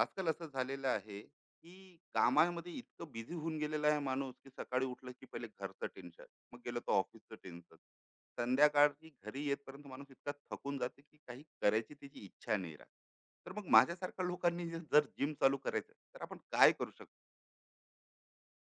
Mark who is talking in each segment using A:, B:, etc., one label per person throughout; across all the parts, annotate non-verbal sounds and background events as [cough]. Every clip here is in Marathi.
A: आजकाल असं झालेलं आहे की कामामध्ये इतकं बिझी होऊन गेलेला आहे माणूस की सकाळी उठलं की पहिले घरचं टेन्शन, मग गेलं तर ऑफिसचं टेन्शन, संध्याकाळी घरी येतपर्यंत माणूस इतका थकून जाते की काही करायची त्याची इच्छा नाही राहत. तर मग माझ्यासारख्या लोकांनी जर जिम चालू करायचं तर आपण काय करू शकतो?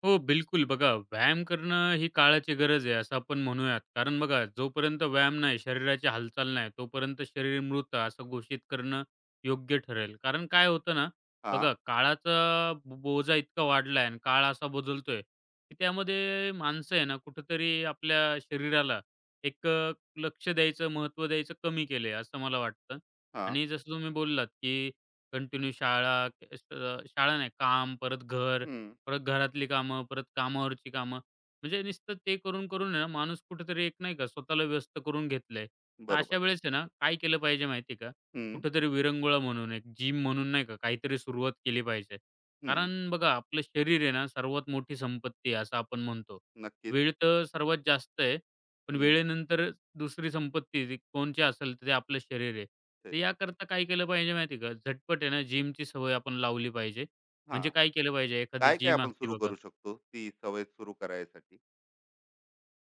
B: हो, बिलकुल. बघा, व्यायाम करणं ही काळाची गरज आहे, असं आपण म्हणूयात. कारण बघा, जोपर्यंत व्यायाम नाही, शरीराची हालचाल नाही, तोपर्यंत शरीर मृत असं घोषित करणं योग्य ठरेल. कारण काय होतं ना,
A: हा.
B: बघा, काळाचा बोजा इतका वाढला आहे आणि काळ असा बदलतोय, की त्यामध्ये माणसं आहे ना, कुठेतरी आपल्या शरीराला एक लक्ष द्यायचं, महत्त्व द्यायचं कमी केलं असं मला वाटतं.
A: हा.
B: आणि जसं तुम्ही बोललात, की कंटिन्यू शाळा, शाळा नाही, काम, परत घर,
A: हम्म.
B: परत घरातली कामं, परत कामावरची कामं. म्हणजे नुसतं ते करून-करून आहे ना माणूस कुठेतरी एक नाही का स्वतःला व्यस्त करून घेतलंय. तर
A: बरोबर.
B: अशा वेळेस आहे ना काय केलं पाहिजे माहिती आहे का?
A: हम्म.
B: कुठेतरी विरंगुळा म्हणून एक जिम म्हणून नाही का काहीतरी सुरुवात केली पाहिजे.
A: हम्म.
B: कारण बघा आपलं शरीर आहे ना सर्वात मोठी संपत्ती आहे असं आपण म्हणतो.
A: नक्कीच.
B: वेळ तर सर्वात जास्त आहे. पण
A: हम्म.
B: वेळेनंतर दुसरी संपत्ती जी कोणची असेल तर ते आपलं शरीर आहे. तर
A: शरीर.
B: याकरता काय केलं पाहिजे माहिती आहे का? झटपट आहे ना जिमची सवय आपण लावली पाहिजे.
A: हा.
B: म्हणजे काय केलं पाहिजे? एखादी
A: काय काय
B: जिम
A: आपण
B: असते
A: सुरू
B: बघा.
A: करू शकतो ती सवय सुरू करायसाठी?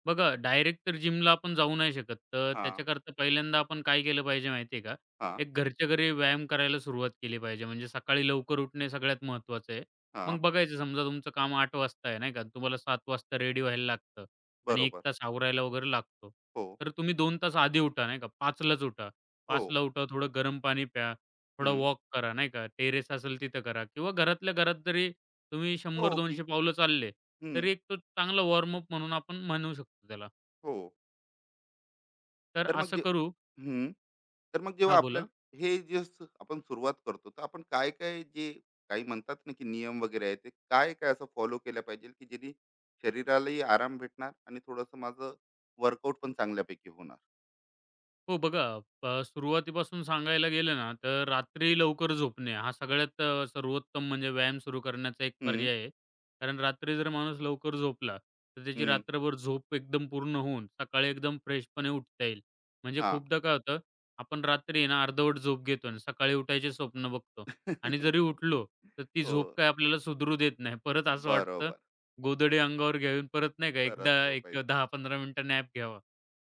B: बघा डायरेक्ट तर जिमला आपण जाऊ नाही शकत. तर
A: हा.
B: त्याच्याकरता पहिल्यांदा आपण काय केलं पाहिजे माहिती आहे का?
A: हा.
B: एक घरच्या घरी व्यायाम करायला सुरुवात केली पाहिजे. म्हणजे सकाळी लवकर उठणे सगळ्यात महत्त्वाचं आहे.
A: हा.
B: मग बघायचं समजा तुमचं काम 8:00 वाजता आहे नाही का? तुम्हाला 7:00 वाजता रेडी व्हायला लागतं आणि 1
A: बरोबर.
B: तास आवरायला वगैरे लागतो.
A: हो.
B: तर तुम्ही 2 तास आधी उठा नाही का? 5:00लाच उठा.
A: हो.
B: 5:00ला उठा, थोडं गरम पाणी प्या. थोडा
A: हं.
B: वॉक करा, नाही का. टेरेस असेल तिथं करा किंवा घरातल्या घरात जरी तुम्ही
A: हो, हो, की
B: 100-200 पावलं चालले,
A: हं.
B: तरी एक तो चांगला वॉर्मअप म्हणून आपण म्हणू शकतो त्याला.
A: हो.
B: तर
A: तर मग
B: असं
A: जे
B: करू.
A: हं. तर मग जेव्हा
B: हां, बोला.
A: आपल्याला हे जे आपण सुरुवात करतो, तर आपण काय-काय जे काही म्हणतात ना, की नियम वगैरे आहे, ते काय-काय असं फॉलो केलं पाहिजे, की जेणे शरीरालाही आराम भेटणार आणि थोडंसं माझं वर्कआउट पण चांगल्यापैकी होणार?
B: हो बघा, सुरुवातीपासून सांगायला गेलं ना, तर रात्री लवकर झोपणे हा सगळ्यात सर्वोत्तम म्हणजे व्यायाम सुरू करण्याचा एक
A: हं,
B: पर्याय आहे. कारण रात्री जर माणूस लवकर झोपला, तर त्याची
A: हं.
B: रात्रभर झोप एकदम पूर्ण होऊन सकाळी एकदम फ्रेशपणे उठता येईल. म्हणजे
A: हां.
B: खूपदा काय होतं, आपण रात्री आहे ना अर्धवट झोप घेतो आणि सकाळी उठायचे स्वप्न बघतो आणि जरी
A: [laughs]
B: उठलो, तर ती
A: हो.
B: झोप काय आपल्याला सुधरू देत नाही. परत असं वाटतं
A: बरोबर.
B: गोधडी अंगावर घेऊन परत नाही का एकदा
A: परत
B: एक
A: झोपायचं.
B: 10-15 मिनिटं नॅप घ्यावा.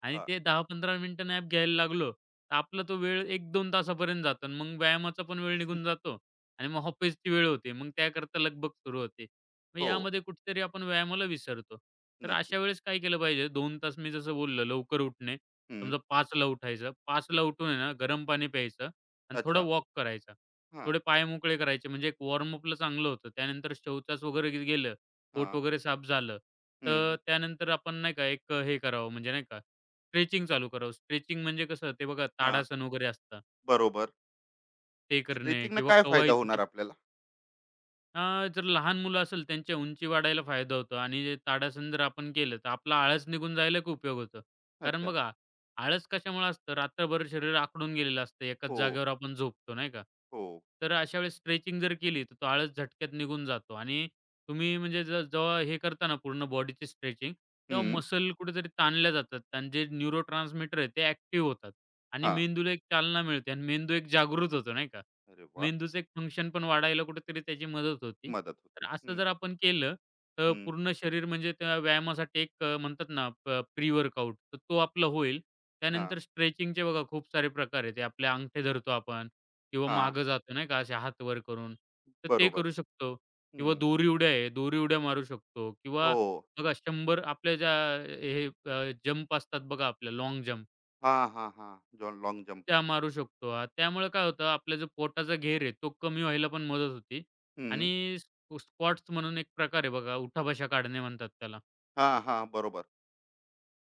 B: आणि
A: हां.
B: ते 10-15 मिनिटं नॅप घ्यायला लागलो, तर आपला तो वेळ 1-2 तासापर्यंत जातो आणि मग व्यायामाचा पण वेळ निघून जातो आणि मग ऑफिसची वेळ होते. मग त्याकरता लगबग सुरू होते. मग
A: हो.
B: यामध्ये कुठेतरी आपण व्यायामाला विसरतो. तर
A: नक्कीच.
B: अशा वेळेस काय केलं पाहिजे 2 तास मी जसं बोललो लवकर उठणे.
A: हं.
B: समजा 5 उठायचं. 5 उठून आहे ना गरम पाणी प्यायचं आणि थोडा
A: अच्छा.
B: वॉक करायचा.
A: हां,
B: थोडे पाय मोकळे करायचे म्हणजे एक वॉर्मअपला चांगलं होतं. त्यानंतर शौचास वगैरे गेलं, पोट
A: हां.
B: वगैरे साफ झालं,
A: हं,
B: तर
A: हं.
B: त्यानंतर आपण नाही का एक हे करावं म्हणजे नाही का स्ट्रेचिंग चालू करावं. स्ट्रेचिंग म्हणजे कसं ते बघा
A: हां.
B: ताडासन वगैरे असतं,
A: बरोबर.
B: ते करणे
A: स्ट्रेचिंगनं
B: किंवा
A: काय फायदा होणार
B: कवायतीचे.
A: आपल्याला?
B: अ, जर लहान मुलं असेल त्यांच्या उंची वाढायला फायदा होतो आणि जे ताडासन जर आपण केलं तर आपला आळस निघून जायला खूप उपयोग होतो. कारण
A: अच्छा.
B: बघा, आळस कशामुळे असतं, रात्रभर शरीर आखडून गेलेलं असतं, एकाच
A: हो,
B: जागेवर आपण झोपतो नाही का?
A: हो.
B: तर अशा वेळेस स्ट्रेचिंग जर केली तर तो आळस झटक्यात निघून जातो आणि तुम्ही म्हणजे जेव्हा हे करता पूर्ण बॉडीची स्ट्रेचिंग, तेव्हा
A: हं.
B: मसल कुठेतरी ताणल्या जातात आणि जे न्यूरोट्रान्समीटर आहे ते ॲक्टिव्ह होतात आणि
A: हां.
B: मेंदूला एक चालना मिळते आणि मेंदू एक जागृत होतो नाही का?
A: अरे वाह!
B: मेंदूचं एक फंक्शन पण वाढायला कुठेतरी त्याची मदत होती.
A: मदत होते.
B: तर असं
A: हं,
B: जर आपण केलं, तर
A: हं.
B: पूर्ण शरीर म्हणजे त्या व्यायामासाठी एक म्हणतात ना प्री वर्कआउट तर तो आपला होईल.
A: हां,
B: त्यानंतर स्ट्रेचिंगचे बघा खूप सारे प्रकार आहेत. ते आपले अंगठे धरतो आपण किंवा
A: हां.
B: मागं जातो नाही का असे हात वर करून. तर ते
A: बरोबर.
B: करू शकतो किंवा
A: हं.
B: दोरी उड्या आहे, दोरी उड्या मारू शकतो किंवा
A: हो.
B: बघा 100 आपल्या ज्या हे जंप असतात बघा आपल्या लाँग जंप.
A: हां, हां, हां. जॉन लाँग जम्प.
B: त्या मारू शकतो. हां, त्यामुळे काय होतं आपला जो पोटाचा घेर आहे तो कमी व्हायला पण मदत होती
A: हं.
B: आणि स्क्वॉट्स म्हणून एक प्रकार आहे बघा, उठाबशा काढणे म्हणतात त्याला.
A: हां, हां. बरोबर.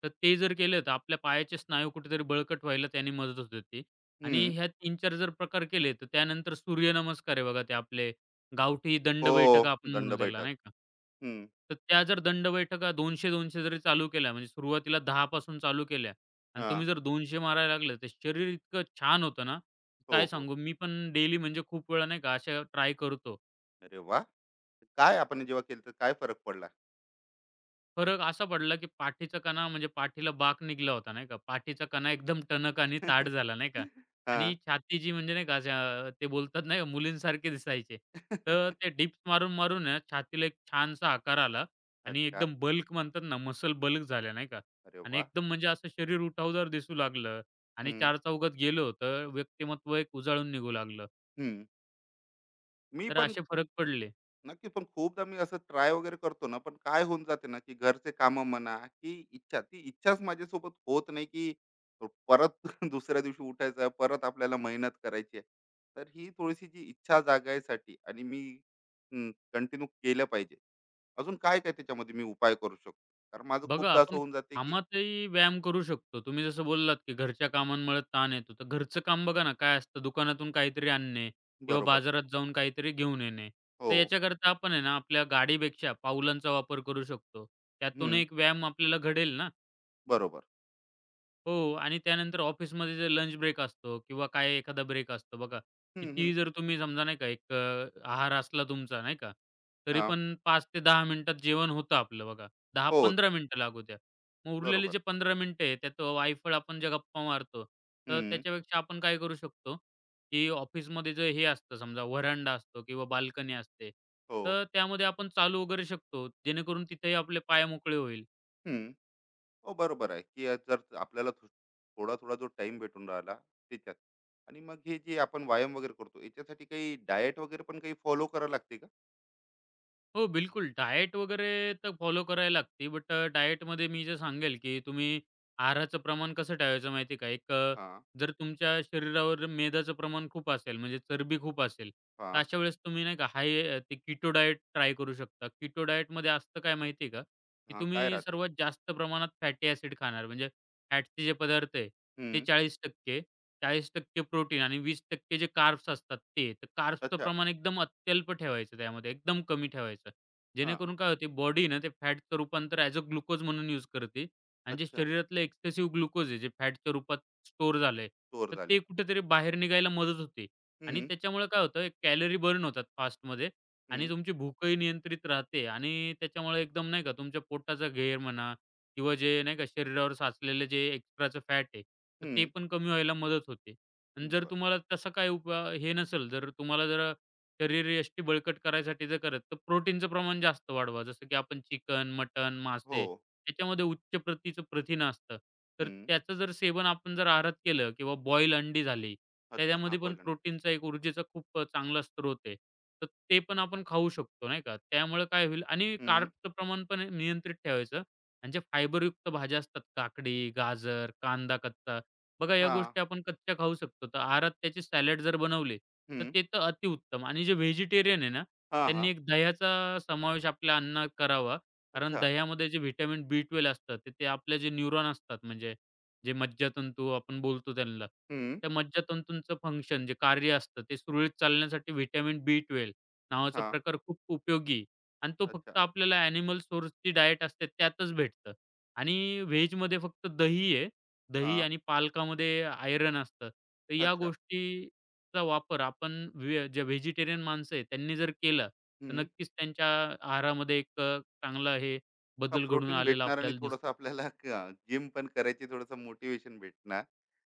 B: तर ते जर केलं तर आपल्या पायाचे स्नायू कुठेतरी बळकट व्हायला त्याने मदत होत होती. आणि
A: हं.
B: ह्या 3-4 जर प्रकार केले, तर त्यानंतर सूर्यनमस्कार आहे बघा ते आपले गावठी
A: हो.
B: दंड बैठका आपण
A: दंड
B: म्हणू त्याला
A: बैठक.
B: नाही का?
A: हं.
B: तर त्या जर दंड बैठका 200-200 जरी चालू केल्या म्हणजे सुरुवातीला 10 पासून चालू केल्या आणि
A: हां.
B: तुम्ही जर 200 मारायला लागले, तर शरीर इतकं छान होतं ना,
A: हो,
B: काय
A: हो.
B: सांगू? मी पण डेली म्हणजे खूप वेळा नाही का अशा ट्राय करतो.
A: अरे वाह! काय आपण जेव्हा केलं तर काय फरक पडला?
B: फरक असा पडला, की पाठीचा कणा म्हणजे पाठीला बाक निघला होता नाही का. पाठीचा कणा एकदम टणक आणि ताठ
A: [laughs]
B: झाला नाही का. आणि
A: हां.
B: छाती जी म्हणजे नाही का, ते बोलतात नाही का मुलींसारखे दिसायचे. तर ते
A: [laughs]
B: डिप्स मारून-मारून आहे ना छातीला एक छानसा आकार आला आणि
A: अच्छा.
B: एकदम बल्क म्हणतात ना मसल बल्क झाल्या नाही का.
A: अरे
B: आणि
A: वाह!
B: एकदम म्हणजे असं शरीर उठावदार दिसू लागलं आणि
A: हं,
B: चारचौघात गेलो तर व्यक्तिमत्व एक उजाळून निघू लागलं.
A: हं. मी
B: तर
A: पण.
B: असे फरक पडले.
A: नक्की. पण खूपदा मी असं ट्राय वगैरे करतो ना, पण काय होऊन जाते ना, की घरचे कामं म्हणा, की इच्छा, ती इच्छाच माझ्यासोबत होत नाही, की परत [laughs] दुसऱ्या दिवशी उठायचं आहे, परत आपल्याला मेहनत करायची आहे. तर ही थोडीशी जी इच्छा जागायसाठी आणि मी कंटिन्यू केलं पाहिजे. अजून काय-काय त्याच्यामध्ये मी उपाय करू शकतो? कारण माझं
B: बघा,
A: खूपदा असं
B: आपण
A: होऊन जाते, की
B: कामातही व्यायाम करू शकतो. तुम्ही जसं बोललात, की घरच्या कामांमुळे ताण येतो. तर घरचं काम बघा ना, काय असतं दुकानातून काहीतरी आणणे किंवा
A: बरोबर.
B: बाजारात जाऊन काहीतरी घेऊन येणे.
A: हो.
B: तर याच्याकरता आपण आहे ना, आपल्या गाडीपेक्षा पावलांचा वापर करू शकतो. त्यातून
A: हं.
B: एक व्यायाम आपल्याला घडेल ना.
A: बरोबर.
B: हो आणि त्यानंतर ऑफिसमध्ये जे लंच ब्रेक असतो किंवा काय एखादा ब्रेक असतो बघा.
A: हं, हं.
B: कितीही जर तुम्ही समजा नाही का एक आहार असला तुमचा नाही का, तरी
A: हां.
B: पण 5 ते 10 मिनिटात जेवण होतं आपलं बघा.
A: हो.
B: 10-15 मिनिटं लागू द्या. मग उरलेले
A: बरोबर.
B: जे 15 मिनिटं आहे त्यात वायफळ आपण ज्या गप्पा मारतो, तर
A: हं.
B: त्याच्यापेक्षा आपण काय करू शकतो, की ऑफिसमध्ये जे हे असतं समजा व्हरांडा असतो किंवा बाल्कनी असते,
A: हो.
B: तर त्यामध्ये आपण चालू वगैरे शकतो. जेणेकरून तिथेही आपले पाय मोकळे होईल.
A: हं. हो, बरोबर आहे की जर आपल्याला थोडा थोडा जो टाइम भेटून राहिला त्याच्यात, आणि मग हे जे आपण व्यायाम वगैरे करतो याच्यासाठी काही डाएट वगैरे पण काही फॉलो करावं लागते का?
B: हो, बिलकुल. डाएट वगैरे तर फॉलो करायला लागते. बट डाएटमध्ये मी जे सांगेल, की तुम्ही आहाराचं प्रमाण कसं ठेवायचं माहिती आहे का? एक
A: हा.
B: जर तुमच्या शरीरावर मेदाचं प्रमाण खूप असेल, म्हणजे चरबी खूप असेल,
A: हा.
B: तर अशा वेळेस तुम्ही नाही का हाय ते कीटो डाएट ट्राय करू शकता. कीटो डाएटमध्ये असतं काय माहिती का? की
A: हा. काय
B: तुम्ही
A: राहते.
B: सर्वात जास्त प्रमाणात फॅटी ॲसिड खाणार. म्हणजे फॅटचे जे पदार्थ आहे, ते
A: हम्म.
B: 40% 40% प्रोटीन आणि 20% जे कार्ब्स असतात ते. तर कार्ब्सचं
A: अच्छा.
B: प्रमाण एकदम अत्यल्प ठेवायचं त्यामध्ये, एकदम कमी ठेवायचं.
A: हा.
B: जेणेकरून काय होते बॉडी ना ते फॅटचं रूपांतर ॲज अ ग्लुकोज म्हणून यूज करते आणि जे
A: अच्छा.
B: शरीरातलं एक्सेसिव्ह ग्लुकोज आहे, जे फॅटच्या रूपात स्टोअर झालंय,
A: स्टोअर
B: तर ते
A: झालेलं.
B: कुठेतरी बाहेर निघायला मदत होते आणि
A: हम्म.
B: त्याच्यामुळे काय होतं एक कॅलरी बर्न होतात फास्टमध्ये आणि
A: हम्म.
B: तुमची भूकही नियंत्रित राहते आणि त्याच्यामुळे एकदम नाही का तुमच्या पोटाचा घेर म्हणा किंवा जे नाही का शरीरावर साचलेलं जे एक्स्ट्राचं फॅट आहे, तर ते
A: हम्म.
B: पण कमी व्हायला मदत होते. आणि जर
A: बर.
B: तुम्हाला तसा काही हे नसेल, जर तुम्हाला जरा शरीर यष्टी बळकट करायसाठी जर करत, तर प्रोटीनचं प्रमाण जास्त वाढवा. जसं की आपण चिकन, मटण,
A: हो.
B: मासे याच्यामध्ये उच्च प्रतीचं प्रथिन असतं. तर
A: हम्म.
B: त्याचं जर सेवन आपण जर आहारात केलं किंवा बॉईल अंडी झाली,
A: अच्छा. हा.
B: त्याच्यामध्ये पण
A: बॉईल अंडे.
B: प्रोटीनचा एक ऊर्जेचा खूप चांगला स्रोत आहे. तर ते पण आपण खाऊ शकतो नाही का. त्यामुळे काय होईल आणि
A: हम्म.
B: कार्बचं प्रमाण पण नियंत्रित ठेवायचं. म्हणजे फायबरयुक्त भाज्या असतात काकडी, गाजर, कांदा कच्चा. बघा या
A: हा.
B: गोष्टी आपण कच्च्या खाऊ शकतो. तर आहारात त्याचे सॅलड जर बनवले, तर
A: हम्म.
B: ते तर अतिउत्तम. आणि जे व्हेजिटेरियन आहे ना,
A: हा. हा.
B: त्यांनी एक दह्याचा समावेश आपल्या अन्नात करावा. कारण
A: अच्छा.
B: दह्यामध्ये जे व्हिटॅमिन बी12 असतं, तर ते आपले जे न्यूरॉन असतात म्हणजे जे मज्जातंतू आपण बोलतो त्यांना,
A: हम्म.
B: त्या मज्जातंतूंचं फंक्शन जे कार्य असतं, ते सुरळीत चालण्यासाठी व्हिटॅमिन बी12 नावाचा
A: हा.
B: प्रकार खूप उपयोगी आहे. आणि तो फक्त
A: अच्छा.
B: आपल्याला ॲनिमल सोर्सची डायट असते त्यातच भेटतं. आणि व्हेजमध्ये फक्त दही आहे.
A: हा.
B: दही आणि पालकामध्ये आयर्न असतं. तर या
A: अच्छा.
B: गोष्टीचा वापर आपण जे व्हेजिटेरियन माणसं आहे त्यांनी जर केला, तर
A: हम्म.
B: नक्कीच त्यांच्या आहारामध्ये एक चांगला हे
A: हा.
B: बदल घडून
A: प्रोटीन
B: आलेला
A: भेटणार आणि
B: आपल्याला
A: थोडंसं
B: दिसेल.
A: आपल्याला जिम पण करायची थोडंसं मोटिवेशन भेटणार.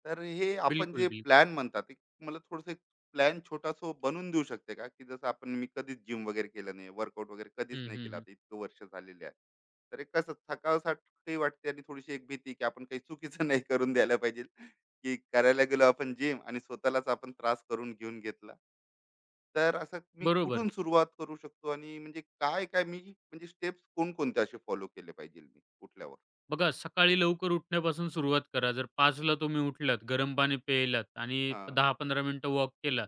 A: तर हे आपण
B: बिलकुल,
A: जे
B: बिलकुल.
A: प्लॅन म्हणतात एक मला थोडस प्लॅन छोटासा बनवून देऊ शकते का की जसं आपण मी कधीच जिम वगैरे केलं नाही, वर्कआउट वगैरे कधीच
B: हं,
A: नाही
B: हं,
A: केला,
B: हं.
A: आता इतकं वर्ष झालेले आहे, तर एक कसं थकावसाठी वाटते आणि थोडीशी एक भीती की आपण काही चुकीचं [laughs] नाही करून द्यायला पाहिजे, की करायला गेलो आपण जिम आणि स्वतःलाच आपण त्रास करून घेऊन घेतला. तर असं मी
B: बरोबर.
A: कुठून सुरुवात करू शकतो आणि म्हणजे काय काय मी म्हणजे स्टेप्स कोणकोणत्या असे फॉलो केले पाहिजे मी उठल्यावर?
B: बघा, सकाळी लवकर उठण्यापासून सुरुवात करा. जर 5:00ला तुम्ही उठलात, गरम पाणी प्यायलात आणि
A: हां,
B: 10-15 मिनिटं वॉक केला.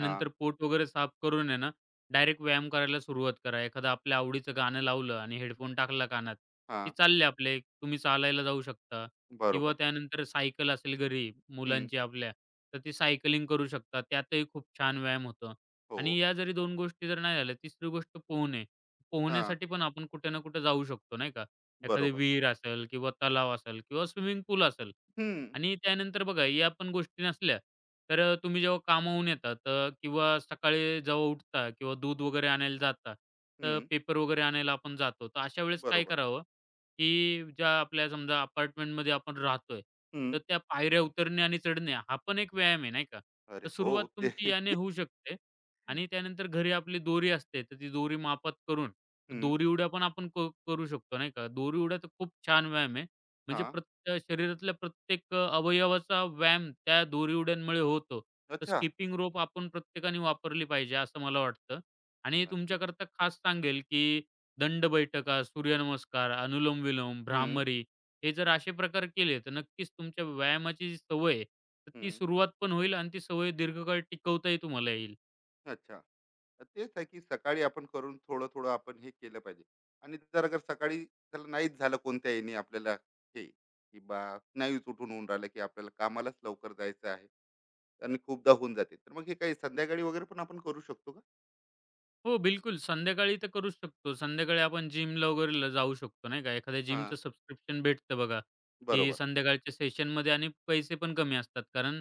A: हां,
B: पोट वगैरे साफ करून आहे ना, डायरेक्ट व्यायाम करायला सुरुवात करा. एखादं आपल्या आवडीचं गाणं लावलं आणि हेडफोन टाकला कानात, की
A: हां.
B: चालले आपले. तुम्ही चालायला जाऊ शकता किंवा
A: बरोबर.
B: त्यानंतर सायकल असेल घरी
A: हम्म.
B: मुलांची आपल्या, तर ती सायकलिंग करू शकता. त्यातही खूप छान व्यायाम होतो
A: हो.
B: आणि या जरी 2 गोष्टी जर नाही झाल्या, तिसरी गोष्ट पोहणे.
A: हां.
B: पोहण्यासाठी पण आपण कुठे ना कुठे जाऊ शकतो, नाही का? एखादी
A: बरोबर.
B: विहीर असेल किंवा तलाव असेल किंवा स्विमिंग पूल असेल.
A: हम्म.
B: आणि त्यानंतर बघा या पण गोष्टी नसल्या तर तुम्ही जेव्हा कामावून येता तर किंवा सकाळी जेव्हा उठता किंवा दूध वगैरे आणायला जाता तर
A: हम्म.
B: पेपर वगैरे आणायला आपण जातो तर अशा वेळेस काय
A: बरोबर.
B: करावं की ज्या आपल्या समजा अपार्टमेंटमध्ये आपण राहतोय
A: हम्म.
B: तर त्या पायऱ्या उतरणे आणि चढणे हा पण एक व्यायाम आहे नाही का.
A: अरे
B: तर
A: हो.
B: सुरुवात
A: ते
B: तुमची याने
A: [laughs]
B: होऊ शकते आणि त्यानंतर घरी आपली दोरी असते तर ती दोरी मापात करून
A: हम्म.
B: दोरी उड्या पण आपण करू शकतो नाही का. दोरी उड्या तर खूप छान व्यायाम आहे. म्हणजे
A: हां.
B: शरीरातल्या प्रत्येक अवयवाचा व्यायाम त्या दोरी उड्यांमुळे होतो. तर
A: अच्छा.
B: स्किपिंग रोप आपण प्रत्येकाने वापरली पाहिजे असं मला वाटतं. आणि
A: नक्की.
B: तुमच्याकरता खास सांगेल, की दंड बैठका, सूर्यनमस्कार, अनुलोम-विलोम,
A: हम्म.
B: भ्रामरी हे जर असे प्रकार केले, तर नक्कीच तुमच्या व्यायामाची जी सवय आहे, तर ती
A: हम्म.
B: सुरुवात पण होईल आणि ती सवय दीर्घकाळ टिकवताही तुम्हाला येईल.
A: अच्छा. तर तेच आहे की सकाळी आपण करून थोडं-थोडं आपण हे केलं पाहिजे. आणि जर अगर सकाळी त्याला नाहीच झालं कोणत्या याने आपल्याला हे, की नाहीच उठून होऊन राहिलं, की आपल्याला कामालाच लवकर जायचं आहे आणि खूपदा होऊन जाते. तर मग हे काही संध्याकाळी वगैरे पण आपण करू शकतो का?
B: हो, बिलकुल. संध्याकाळी तर करूच शकतो. संध्याकाळी आपण जिमला वगैरे जाऊ शकतो, नाही का. एखाद्या जिमचं
A: हां,
B: सबस्क्रिप्शन भेटतं बघा, की
A: बरोबर.
B: संध्याकाळच्या सेशनमध्ये आणि पैसे पण कमी असतात. कारण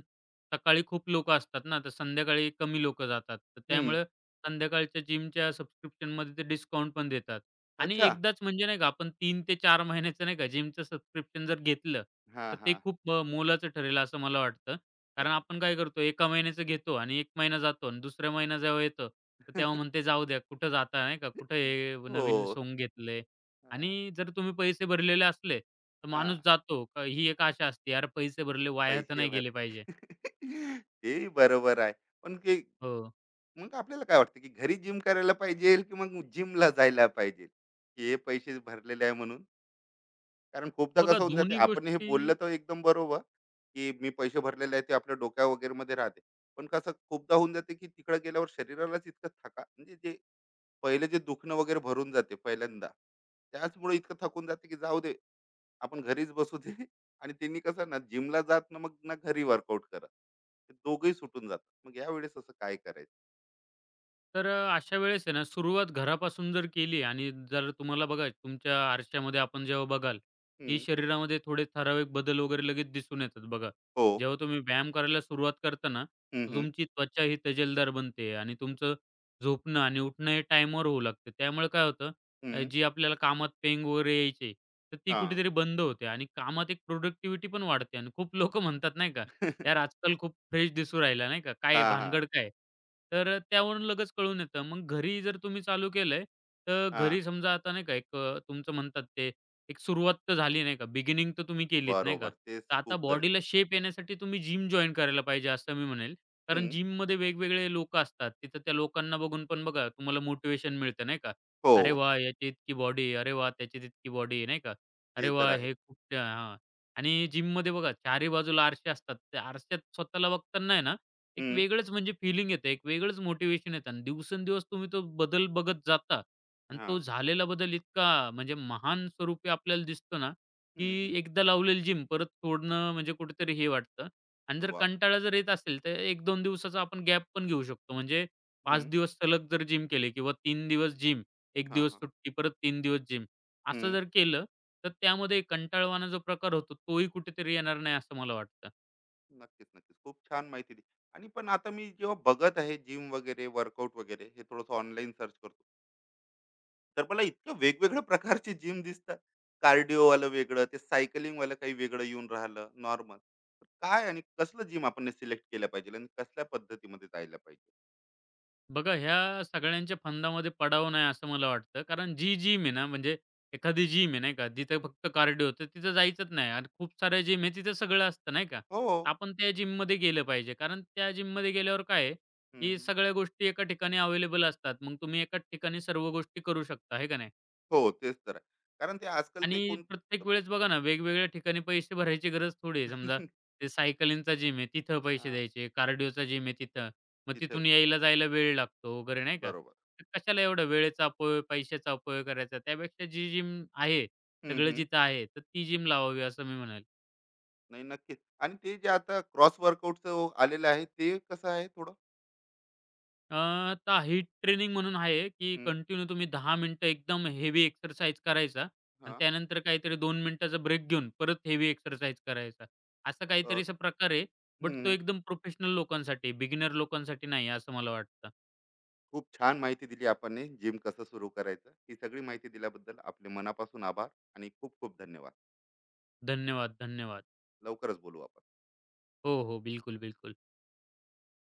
B: सकाळी खूप लोकं असतात ना, तर संध्याकाळी कमी लोकं जातात. तर
A: हं.
B: त्यामुळे संध्याकाळच्या जिमच्या सबस्क्रिप्शनमध्ये ते डिस्काउंट पण देतात. आणि
A: अच्छा.
B: एकदाच म्हणजे नाही का, आपण 3 ते 4 महिन्याचं नाही का, जिमचं सबस्क्रिप्शन जर घेतलं,
A: हां,
B: तर ते
A: हां.
B: खूप मोलाचं ठरेल असं मला वाटतं. कारण
A: अच्छा.
B: आपण काय करतो, एका महिन्याचं घेतो आणि 1 महिना जातो आणि दुसऱ्या महिना जेव्हा येतो, तर तेव्हा
A: [laughs]
B: म्हणते, "जाऊ द्या, कुठं जाता नाही का? कुठं हे
A: हो.
B: नवीन सोंग घेतलंय."
A: हां,
B: आणि जर तुम्ही पैसे भरलेले असले, तर
A: हां.
B: माणूस जातो. का, ही एक आशा असते, "यार, पैसे भरले, वाया तर
A: पैसे
B: नाही गेले पाहिजे."
A: भरले. [laughs] तेही बरोबर आहे. पण
B: हो.
A: मग आपल्याला काय वाटतं की घरी जिम करायला पाहिजे की मग जिमला जायला पाहिजे की हे पैसे भरलेले आहे म्हणून? कारण खूपदा
B: बघा,
A: कसं होऊन जाते
B: दोन्ही
A: आपण हे
B: गोष्टी.
A: बोललं तर एकदम बरोबर, की मी पैसे भरलेले आहे ते आपल्या डोक्या वगैरे मध्ये राहते, पण कसं खूपदा होऊन जाते की तिकडे गेल्यावर शरीरालाच इतकं थका म्हणजे जे पहिले जे दुखणं वगैरे भरून जाते पहिल्यांदा, त्याचमुळे इतकं थकून जाते की जाऊ दे, आपण घरीच बसू दे. [laughs] आणि त्यांनी कसं ना जिमला जात ना मग ना घरी वर्कआउट करत, ते दोघंही सुटून जातात. मग यावेळेस असं काय करायचं?
B: तर अशा वेळेस आहे ना, सुरुवात घरापासून जर केली आणि जर तुम्हाला बघा तुमच्या आरशामध्ये आपण जेव्हा बघाल, की
A: हम्म,
B: शरीरामध्ये थोडे ठराविक बदल वगैरे लगेच दिसून येतात बघा.
A: हो.
B: जेव्हा तुम्ही व्यायाम करायला सुरुवात करता ना, तर
A: हम्म,
B: तुमची त्वचा ही तजेलदार बनते आणि तुमचं झोपणं आणि उठणं हे टाईमवर होऊ लागतं. त्यामुळे काय होतं,
A: हं,
B: जी आपल्याला कामात पेंग वगैरे यायची, तर ती
A: हां.
B: कुठेतरी बंद होते आणि कामात एक प्रोडक्टिव्हिटी पण वाढते आणि खूप लोकं म्हणतात नाही का, यार
A: [laughs]
B: आजकाल खूप फ्रेश दिसू राहिला नाही का? काय आहे
A: हां, हां,
B: भानगड काय आहे? तर त्यावरून लगेच कळून येतं. मग घरी जर तुम्ही चालू केलंय, तर
A: हां. [laughs]
B: घरी समजा आता नाही का एक तुमचं म्हणतात ते एक सुरुवात तर झाली नाही का? बिगिनिंग तर तुम्ही केलीत नाही का?
A: बरोबर. तेच
B: तर आता
A: खूप गरजे.
B: बॉडीला शेप येण्यासाठी तुम्ही जिम जॉइन करायला पाहिजे असं मी म्हणेल. कारण
A: हं.
B: जिममध्ये वेगवेगळे लोकं असतात. तिथं त्या लोकांना बघून पण बघा तुम्हाला मोटिव्हेशन मिळतं नाही का?
A: हो,
B: "अरे वाह! याची इतकी बॉडी अरे वाह! त्याची तितकी बॉडी नाही का?
A: ते
B: "अरे
A: तर
B: वाह!
A: आहे.
B: हे खूप" हां. आणि जिममध्ये बघा चारही बाजूला आरसे असतात. त्या आरशात स्वतःला बघताना आहे ना, एक
A: हं,
B: वेगळंच म्हणजे फिलिंग येते, एक वेगळंच मोटिवेशन येतं आणि दिवसेंदिवस तुम्ही तो बदल बघत जाता आणि तो
A: हां.
B: झालेला बदल इतका म्हणजे महान स्वरूपी आपल्याला दिसतो ना,
A: हं, हं.
B: की एकदा लावलेली जिम परत सोडणं म्हणजे कुठेतरी हे वाटतं आणि जर
A: वाह!
B: कंटाळा जर येत असेल, तर 1-2 दिवसाचा आपण गॅप पण घेऊ शकतो. म्हणजे 5
A: हं.
B: दिवस सलग जर जिम केले किंवा 3 दिवस जिम, 1
A: हां,
B: दिवस
A: हां.
B: सुट्टी, परत 3 दिवस जिम. असं
A: हं.
B: जर केलं, तर त्यामध्ये कंटाळवाणा जो प्रकार होतो, तोही कुठेतरी येणार नाही असं मला वाटतं.
A: नक्कीच, नक्कीच. खूप छान माहिती दिली. आणि पण आता मी जेव्हा बघत आहे जिम वगैरे, वर्कआउट वगैरे हे थोडंसं ऑनलाईन सर्च करतो. तर मला इतक्या वेगवेगळ्या प्रकारचे जिम दिसतात. कार्डिओवालं वेगळं, ते सायकलिंगवालं काही वेगळं येऊन राहिलं नॉर्मल. काय आणि कसलं जिम आपण सिलेक्ट केलं पाहिजे आणि कसल्या पद्धतीमध्ये जायला पाहिजे?
B: बघा ह्या सगळ्यांच्या फंदामध्ये पडावं नाही असं मला वाटतं. कारण जी जिम आहे ना, म्हणजे एखादी जिम आहे नाही का, जिथे फक्त कार्डिओ तर तिथं जायचंच नाही आणि खूप साऱ्या जिम आहे तिथं सगळं असतं नाही का.
A: हो. हो.
B: आपण त्या जिममध्ये गेलं पाहिजे. कारण त्या जिममध्ये गेल्यावर काय आहे, की
A: हं,
B: सगळ्या गोष्टी एका ठिकाणी अवेलेबल असतात. मग तुम्ही एकाच ठिकाणी सर्व गोष्टी करू शकता, आहे का नाही.
A: हो, तेच तर आहे. कारण ते आजकाल ते
B: आणि
A: कोणतं
B: प्रत्येक वेळेस बघा ना, वेगवेगळ्या ठिकाणी पैसे भरायची गरज थोडी
A: हां,
B: आहे. समजा
A: [laughs]
B: ते सायकलिंगचा जिम आहे, तिथं पैसे द्यायचे. कार्डिओचा जिम आहे तिथं. मग
A: तिथे
B: तिथून यायला-जायला वेळ लागतो वगैरे नाही का?
A: बरोबर.
B: तर कशाला एवढा वेळेचा अपव्यय, पैशाचा अपव्यय करायचा. त्यापेक्षा जी जिम आहे,
A: हं,
B: सगळं
A: हं.
B: जिथं आहे, तर ती जिम लावावी असं मी म्हणेल.
A: नाही, नक्कीच. आणि ते जे आता क्रॉस वर्कआउटचं आलेलं आहे, ते कसं आहे थोडं?
B: आता हीट ट्रेनिंग म्हणून आहे, की
A: हं,
B: कंटिन्यू तुम्ही 10 मिनिटं एकदम हेवी एक्सरसाइज करायचा आणि
A: हां.
B: त्यानंतर काहीतरी 2 मिनिटाचा ब्रेक घेऊन परत हेवी एक्सरसाइज करायचा. असा
A: अ,
B: काहीतरी असा प्रकार आहे. बट तो
A: हं.
B: एकदम प्रोफेशनल लोकांसाठी, बिगिनर लोकांसाठी नाही आहे असं मला वाटतं.
A: खूप छान माहिती दिली आपणने जिम कसं सुरू करायचं. ही सगळी माहिती दिल्याबद्दल आपले मनापासून आभार आणि खूप खूप धन्यवाद.
B: धन्यवाद, धन्यवाद.
A: लवकरच बोलू आपण.
B: हो, हो. बिलकुल, बिलकुल.